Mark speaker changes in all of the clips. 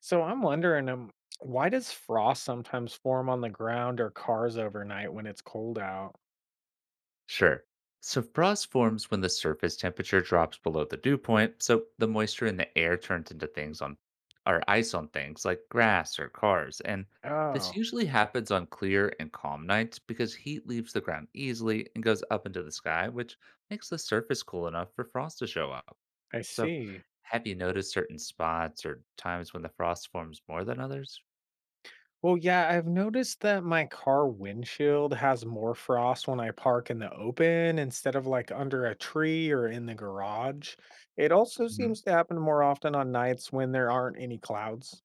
Speaker 1: So I'm wondering, why does frost sometimes form on the ground or cars overnight when it's cold out?
Speaker 2: Sure. So frost forms when the surface temperature drops below the dew point, so the moisture in the air turns into things on or ice on things like grass or cars. And this
Speaker 1: Oh,
Speaker 2: usually happens on clear and calm nights because heat leaves the ground easily and goes up into the sky, which makes the surface cool enough for frost to show up.
Speaker 1: I
Speaker 2: So
Speaker 1: see.
Speaker 2: have you noticed certain spots or times when the frost forms more than others?
Speaker 1: Well, yeah, I've noticed that my car windshield has more frost when I park in the open instead of like under a tree or in the garage. It also
Speaker 2: Mm-hmm.
Speaker 1: seems to happen more often on nights when there aren't any clouds.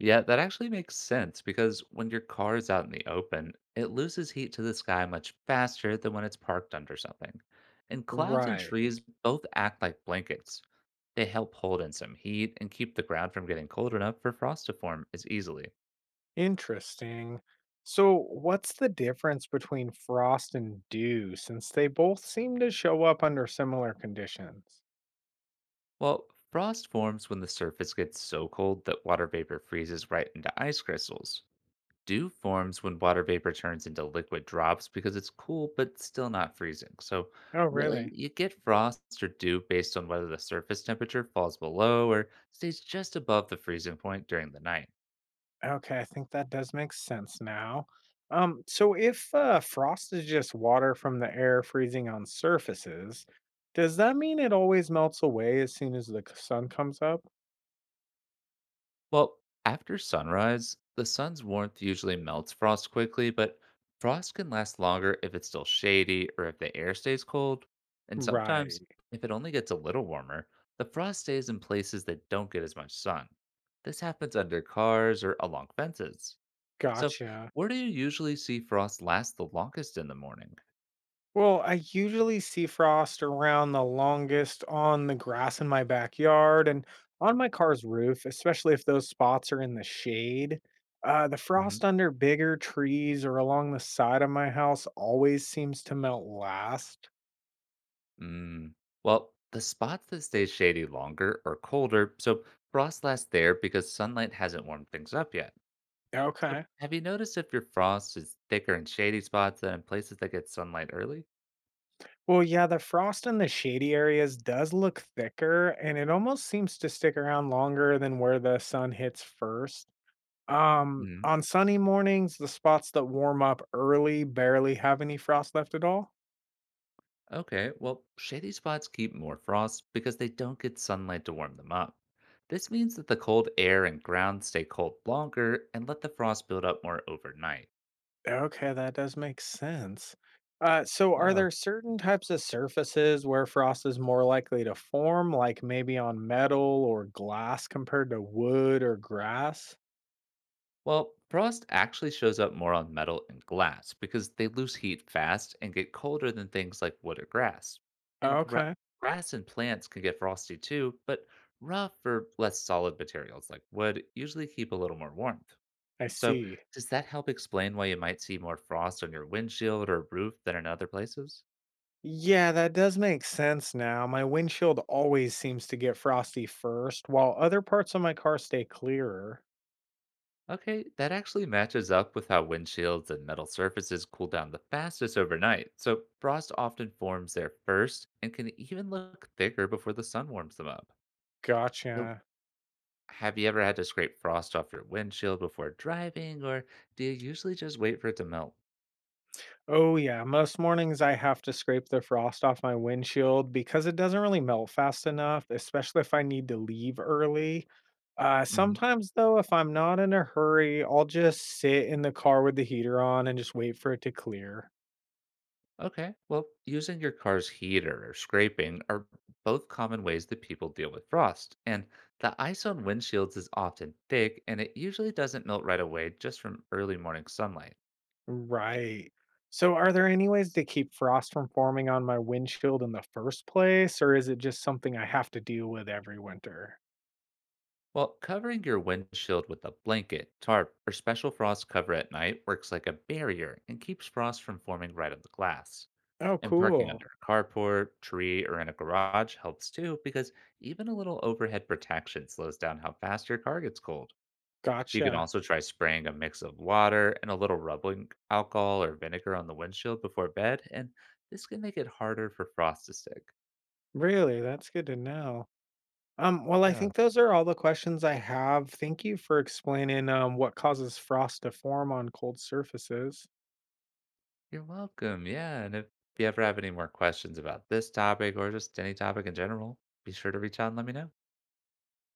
Speaker 2: Yeah, that actually makes sense because when your car is out in the open, it loses heat to the sky much faster than when it's parked under something. And clouds and trees
Speaker 1: Right.
Speaker 2: both act like blankets. They help hold in some heat and keep the ground from getting cold enough for frost to form as easily.
Speaker 1: Interesting. So, what's the difference between frost and dew since they both seem to show up under similar conditions?
Speaker 2: Well, frost forms when the surface gets so cold that water vapor freezes right into ice crystals. Dew forms when water vapor turns into liquid drops because it's cool but still not freezing. So,
Speaker 1: Oh,
Speaker 2: really,
Speaker 1: really?
Speaker 2: you get frost or dew based on whether the surface temperature falls below or stays just above the freezing point during the night.
Speaker 1: Okay, I think that does make sense now. So if frost is just water from the air freezing on surfaces, does that mean it always melts away as soon as the sun comes up?
Speaker 2: Well, after sunrise, the sun's warmth usually melts frost quickly, but frost can last longer if it's still shady or if the air stays cold. And sometimes,
Speaker 1: Right.
Speaker 2: if it only gets a little warmer, the frost stays in places that don't get as much sun. This happens under cars or along fences. So,
Speaker 1: Gotcha.
Speaker 2: where do you usually see frost last the longest in the morning?
Speaker 1: Well, I usually see frost around the longest on the grass in my backyard and on my car's roof, especially if those spots are in the shade. The frost
Speaker 2: hmm
Speaker 1: under bigger trees or along the side of my house always seems to melt last.
Speaker 2: Mm. Well, the spots that stay shady longer are colder, so frost lasts there because sunlight hasn't warmed things up yet. So,
Speaker 1: Okay.
Speaker 2: have you noticed if your frost is thicker in shady spots than in places that get sunlight early?
Speaker 1: Well, yeah, the frost in the shady areas does look thicker and it almost seems to stick around longer than where the sun hits first.
Speaker 2: hmm
Speaker 1: On sunny mornings, the spots that warm up early barely have any frost left at all.
Speaker 2: Okay, well, shady spots keep more frost because they don't get sunlight to warm them up. This means that the cold air and ground stay cold longer and let the frost build up more overnight.
Speaker 1: Okay, that does make sense. So, are there certain types of surfaces where frost is more likely to form, like maybe on metal or glass compared to wood or grass?
Speaker 2: Well, frost actually shows up more on metal and glass because they lose heat fast and get colder than things like wood or grass. And gra-
Speaker 1: Okay,
Speaker 2: Grass and plants can get frosty too, but rough or less solid materials like wood usually keep a little more warmth.
Speaker 1: I
Speaker 2: So,
Speaker 1: see.
Speaker 2: does that help explain why you might see more frost on your windshield or roof than in other places?
Speaker 1: Yeah, that does make sense now. My windshield always seems to get frosty first, while other parts of my car stay clearer.
Speaker 2: Okay, that actually matches up with how windshields and metal surfaces cool down the fastest overnight, so frost often forms there first and can even look thicker before the sun warms them up. So,
Speaker 1: Gotcha.
Speaker 2: have you ever had to scrape frost off your windshield before driving, or do you usually just wait for it to melt?
Speaker 1: Oh, yeah. Most mornings I have to scrape the frost off my windshield because it doesn't really melt fast enough, especially if I need to leave early.
Speaker 2: hmm
Speaker 1: Sometimes, though, if I'm not in a hurry, I'll just sit in the car with the heater on and just wait for it to clear.
Speaker 2: Okay, well, using your car's heater or scraping are both common ways that people deal with frost, and the ice on windshields is often thick and it usually doesn't melt right away just from early morning sunlight.
Speaker 1: Right. So, are there any ways to keep frost from forming on my windshield in the first place, or is it just something I have to deal with every winter?
Speaker 2: Well, covering your windshield with a blanket, tarp, or special frost cover at night works like a barrier and keeps frost from forming right on the glass.
Speaker 1: Oh,
Speaker 2: And parking
Speaker 1: cool.
Speaker 2: under a carport, tree, or in a garage helps too because even a little overhead protection slows down how fast your car gets cold. You can
Speaker 1: Gotcha.
Speaker 2: also try spraying a mix of water and a little rubbing alcohol or vinegar on the windshield before bed, and this can make it harder for frost to stick.
Speaker 1: Really? That's good to know. Well, I
Speaker 2: Yeah.
Speaker 1: think those are all the questions I have. Thank you for explaining what causes frost to form on cold surfaces.
Speaker 2: You're welcome. Yeah. And if you ever have any more questions about this topic or just any topic in general, be sure to reach out and let me know.